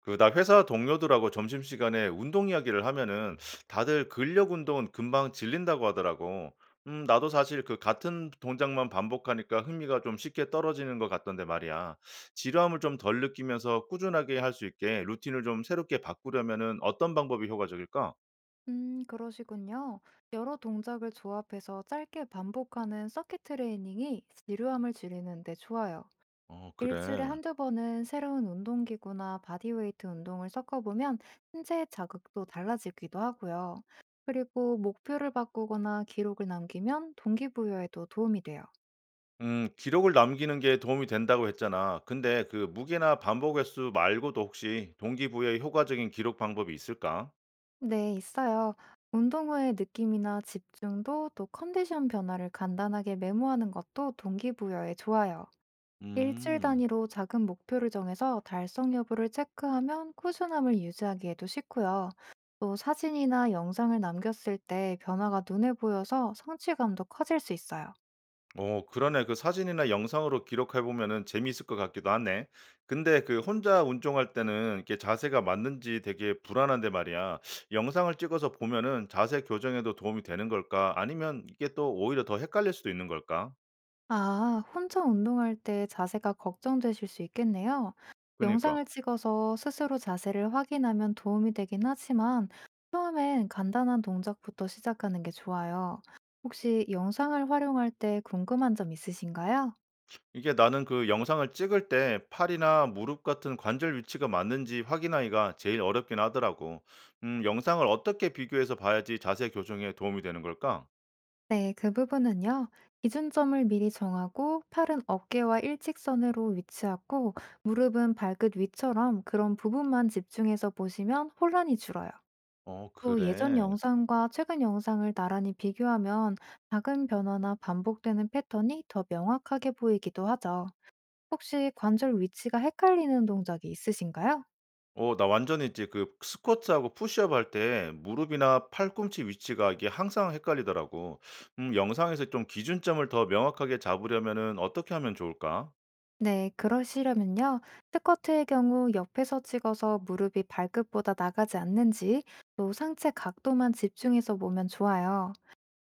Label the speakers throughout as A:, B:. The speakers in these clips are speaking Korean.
A: 그 나 회사 동료들하고 점심시간에 운동 이야기를 하면은 다들 근력 운동은 금방 질린다고 하더라고. 나도 사실 그 같은 동작만 반복하니까 흥미가 좀 쉽게 떨어지는 것 같던데 말이야. 지루함을 좀 덜 느끼면서 꾸준하게 할 수 있게 루틴을 좀 새롭게 바꾸려면은 어떤 방법이 효과적일까?
B: 그러시군요. 여러 동작을 조합해서 짧게 반복하는 서킷 트레이닝이 지루함을 줄이는데 좋아요.
A: 어,
B: 일주일에
A: 그래.
B: 한두 번은 새로운 운동기구나 바디웨이트 운동을 섞어보면 신체의 자극도 달라지기도 하고요. 그리고 목표를 바꾸거나 기록을 남기면 동기부여에도 도움이 돼요.
A: 기록을 남기는 게 도움이 된다고 했잖아. 근데 그 무게나 반복 횟수 말고도 혹시 동기부여에 효과적인 기록 방법이 있을까?
B: 네, 있어요. 운동 후의 느낌이나 집중도 또 컨디션 변화를 간단하게 메모하는 것도 동기부여에 좋아요. 일주일
A: 음.
B: 단위로 작은 목표를 정해서 달성 여부를 체크하면 꾸준함을 유지하기에도 쉽고요. 또 사진이나 영상을 남겼을 때 변화가 눈에 보여서 성취감도 커질 수 있어요.
A: 어 그러네. 그 사진이나 영상으로 기록해 보면은 재미있을 것 같기도 하네. 근데 그 혼자 운동할 때는 이게 자세가 맞는지 되게 불안한데 말이야. 영상을 찍어서 보면은 자세 교정에도 도움이 되는 걸까? 아니면 이게 또 오히려 더 헷갈릴 수도 있는 걸까?
B: 아, 혼자 운동할 때 자세가 걱정되실 수 있겠네요.
A: 그니까.
B: 영상을 찍어서 스스로 자세를 확인하면 도움이 되긴 하지만 처음엔 간단한 동작부터 시작하는 게 좋아요. 혹시 영상을 활용할 때 궁금한 점 있으신가요?
A: 이게 나는 그 영상을 찍을 때 팔이나 무릎 같은 관절 위치가 맞는지 확인하기가 제일 어렵긴 하더라고. 영상을 어떻게 비교해서 봐야지 자세 교정에 도움이 되는 걸까?
B: 네, 그 부분은요. 기준점을 미리 정하고 팔은 어깨와 일직선으로 위치하고 무릎은 발끝 위처럼 그런 부분만 집중해서 보시면 혼란이 줄어요.
A: 어,
B: 또 예전
A: 그래.
B: 영상과 최근 영상을 나란히 비교하면 작은 변화나 반복되는 패턴이 더 명확하게 보이기도 하죠. 혹시 관절 위치가 헷갈리는 동작이 있으신가요?
A: 어 나 완전히 이제 그 스쿼트하고 푸시업 할 때 무릎이나 팔꿈치 위치가 이게 항상 헷갈리더라고. 영상에서 좀 기준점을 더 명확하게 잡으려면은 어떻게 하면 좋을까?
B: 네, 그러시려면요. 스쿼트의 경우 옆에서 찍어서 무릎이 발끝보다 나가지 않는지 또 상체 각도만 집중해서 보면 좋아요.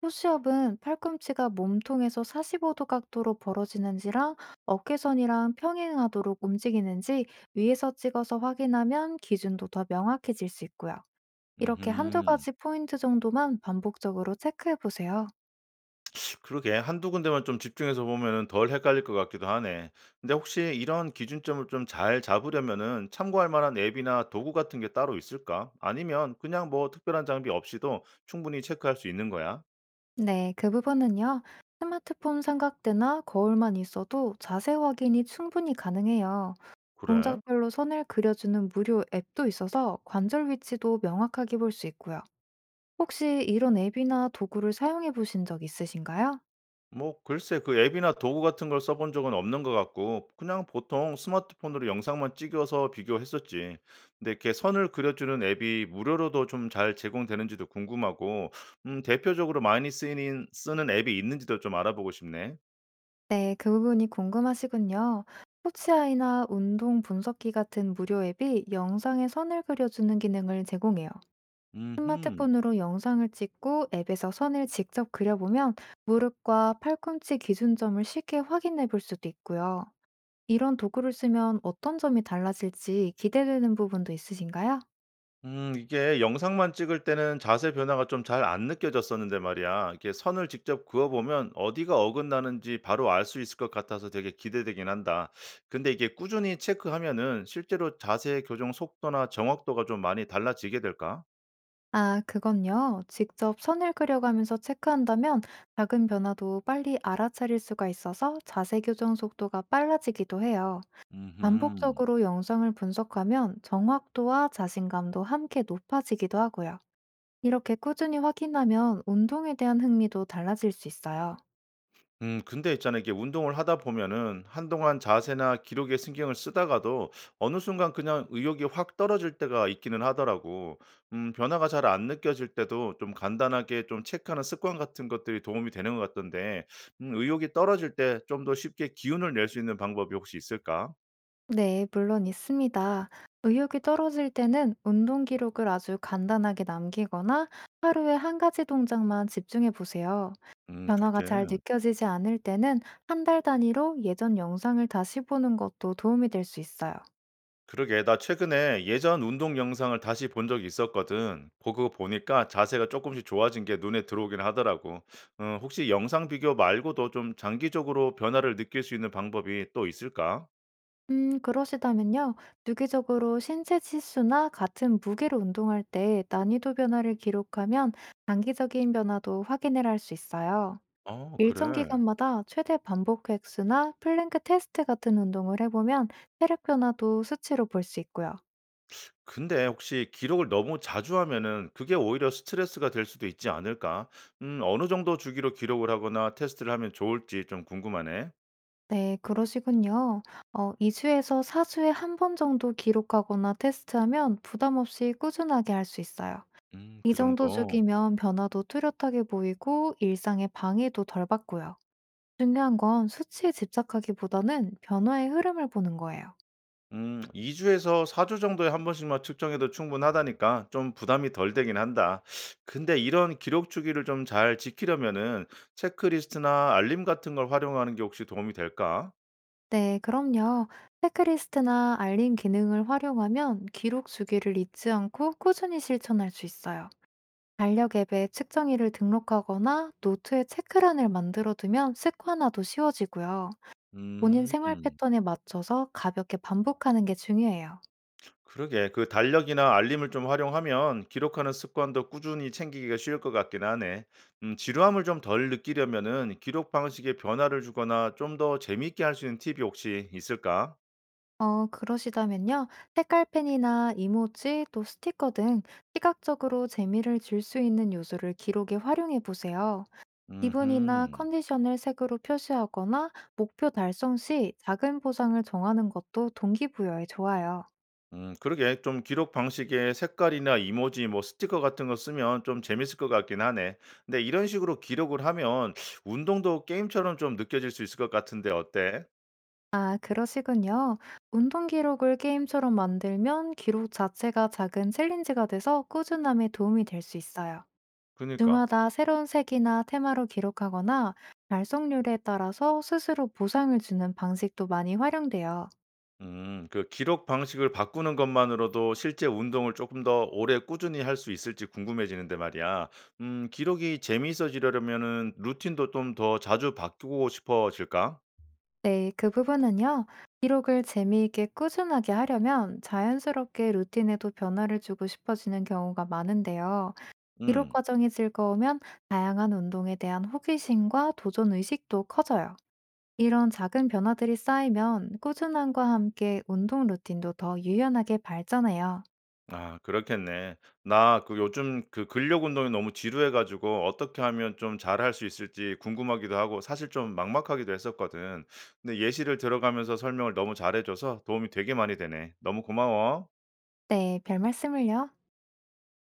B: push-up은 팔꿈치가 몸통에서 45도 각도로 벌어지는지랑 어깨선이랑 평행하도록 움직이는지 위에서 찍어서 확인하면 기준도 더 명확해질 수 있고요. 이렇게 한두
A: 음
B: 가지 포인트 정도만 반복적으로 체크해 보세요.
A: 그러게 한두 군데만 좀 집중해서 보면은 덜 헷갈릴 것 같기도 하네. 근데 혹시 이런 기준점을 좀 잘 잡으려면은 참고할 만한 앱이나 도구 같은 게 따로 있을까? 아니면 그냥 뭐 특별한 장비 없이도 충분히 체크할 수 있는 거야?
B: 네, 그 부분은요. 스마트폰 삼각대나 거울만 있어도 자세 확인이 충분히 가능해요.
A: 그래?
B: 동작별로 선을 그려주는 무료 앱도 있어서 관절 위치도 명확하게 볼 수 있고요. 혹시 이런 앱이나 도구를 사용해 보신 적 있으신가요?
A: 뭐 글쎄 그 앱이나 도구 같은 걸 써본 적은 없는 것 같고 그냥 보통 스마트폰으로 영상만 찍어서 비교했었지. 근데 이렇게 선을 그려주는 앱이 무료로도 좀 잘 제공되는지도 궁금하고, 대표적으로 많이 쓰는 앱이 있는지도 좀 알아보고 싶네.
B: 네, 그 부분이 궁금하시군요. 스포츠아이나 운동 분석기 같은 무료 앱이 영상에 선을 그려주는 기능을 제공해요.
A: 음흠.
B: 스마트폰으로 영상을 찍고 앱에서 선을 직접 그려보면 무릎과 팔꿈치 기준점을 쉽게 확인해 볼 수도 있고요. 이런 도구를 쓰면 어떤 점이 달라질지 기대되는 부분도 있으신가요?
A: 이게 영상만 찍을 때는 자세 변화가 좀 잘 안 느껴졌었는데 말이야. 이게 선을 직접 그어 보면 어디가 어긋나는지 바로 알 수 있을 것 같아서 되게 기대되긴 한다. 근데 이게 꾸준히 체크하면은 실제로 자세 교정 속도나 정확도가 좀 많이 달라지게 될까?
B: 아, 그건요. 직접 선을 그려가면서 체크한다면 작은 변화도 빨리 알아차릴 수가 있어서 자세 교정 속도가 빨라지기도 해요.
A: 음흠.
B: 반복적으로 영상을 분석하면 정확도와 자신감도 함께 높아지기도 하고요. 이렇게 꾸준히 확인하면 운동에 대한 흥미도 달라질 수 있어요.
A: 근데 있잖아요. 이게 운동을 하다 보면은 한동안 자세나 기록에 신경을 쓰다가도 어느 순간 그냥 의욕이 확 떨어질 때가 있기는 하더라고. 변화가 잘 안 느껴질 때도 좀 간단하게 좀 체크하는 습관 같은 것들이 도움이 되는 것 같던데 의욕이 떨어질 때 좀 더 쉽게 기운을 낼 수 있는 방법이 혹시 있을까?
B: 네, 물론 있습니다. 의욕이 떨어질 때는 운동 기록을 아주 간단하게 남기거나 하루에 한 가지 동작만 집중해 보세요. 변화가
A: 그렇게.
B: 잘 느껴지지 않을 때는 한 달 단위로 예전 영상을 다시 보는 것도 도움이 될 수 있어요.
A: 그러게, 나 최근에 예전 운동 영상을 다시 본 적이 있었거든. 그거 보니까 자세가 조금씩 좋아진 게 눈에 들어오긴 하더라고. 어, 혹시 영상 비교 말고도 좀 장기적으로 변화를 느낄 수 있는 방법이 또 있을까?
B: 그러시다면요. 주기적으로 신체 지수나 같은 무게로 운동할 때 난이도 변화를 기록하면 단기적인 변화도 확인을 할 수 있어요.
A: 어,
B: 일정
A: 그래.
B: 기간마다 최대 반복 횟수나 플랭크 테스트 같은 운동을 해보면 체력 변화도 수치로 볼 수 있고요.
A: 근데 혹시 기록을 너무 자주 하면은 그게 오히려 스트레스가 될 수도 있지 않을까? 어느 정도 주기로 기록을 하거나 테스트를 하면 좋을지 좀 궁금하네.
B: 네, 그러시군요. 2주에서 4주에 한 번 정도 기록하거나 테스트하면 부담 없이 꾸준하게 할 수 있어요. 이
A: 그
B: 정도
A: 정도.
B: 주기면 변화도 뚜렷하게 보이고 일상의 방해도 덜 받고요. 중요한 건 수치에 집착하기보다는 변화의 흐름을 보는 거예요.
A: 2주에서 4주 정도에 한 번씩만 측정해도 충분하다니까 좀 부담이 덜 되긴 한다. 근데 이런 기록 주기를 좀 잘 지키려면은 체크리스트나 알림 같은 걸 활용하는 게 혹시 도움이 될까?
B: 네, 그럼요. 체크리스트나 알림 기능을 활용하면 기록 주기를 잊지 않고 꾸준히 실천할 수 있어요. 달력 앱에 측정일을 등록하거나 노트에 체크란을 만들어 두면 습관화도 쉬워지고요. 본인 생활
A: 음.
B: 패턴에 맞춰서 가볍게 반복하는 게 중요해요.
A: 그러게. 그 달력이나 알림을 좀 활용하면 기록하는 습관도 꾸준히 챙기기가 쉬울 것 같긴 하네. 지루함을 좀 덜 느끼려면은 기록 방식에 변화를 주거나 좀 더 재미있게 할 수 있는 팁이 혹시 있을까?
B: 그러시다면요. 색깔펜이나 이모지, 또 스티커 등 시각적으로 재미를 줄 수 있는 요소를 기록에 활용해 보세요. 기분이나
A: 음흠.
B: 컨디션을 색으로 표시하거나 목표 달성 시 작은 보상을 정하는 것도 동기부여에 좋아요.
A: 그러게. 좀 기록 방식에 색깔이나 이모지 뭐 스티커 같은 거 쓰면 좀 재밌을 것 같긴 하네. 근데 이런 식으로 기록을 하면 운동도 게임처럼 좀 느껴질 수 있을 것 같은데 어때?
B: 아, 그러시군요. 운동 기록을 게임처럼 만들면 기록 자체가 작은 챌린지가 돼서 꾸준함에 도움이 될 수 있어요.
A: 그니까.
B: 주마다 새로운 색이나 테마로 기록하거나 달성률에 따라서 스스로 보상을 주는 방식도 많이 활용돼요.
A: 그 기록 방식을 바꾸는 것만으로도 실제 운동을 조금 더 오래 꾸준히 할 수 있을지 궁금해지는데 말이야. 기록이 재미있어지려면은 루틴도 좀 더 자주 바꾸고 싶어질까?
B: 네, 그 부분은요. 기록을 재미있게 꾸준하게 하려면 자연스럽게 루틴에도 변화를 주고 싶어지는 경우가 많은데요. 기록
A: 음.
B: 과정이 즐거우면 다양한 운동에 대한 호기심과 도전 의식도 커져요. 이런 작은 변화들이 쌓이면 꾸준함과 함께 운동 루틴도 더 유연하게 발전해요.
A: 아 그렇겠네. 나 그 요즘 그 근력 운동이 너무 지루해 가지고 어떻게 하면 좀 잘할 수 있을지 궁금하기도 하고 사실 좀 막막하기도 했었거든. 근데 예시를 들어가면서 설명을 너무 잘해 줘서 도움이 되게 많이 되네. 너무 고마워.
B: 네, 별 말씀을요.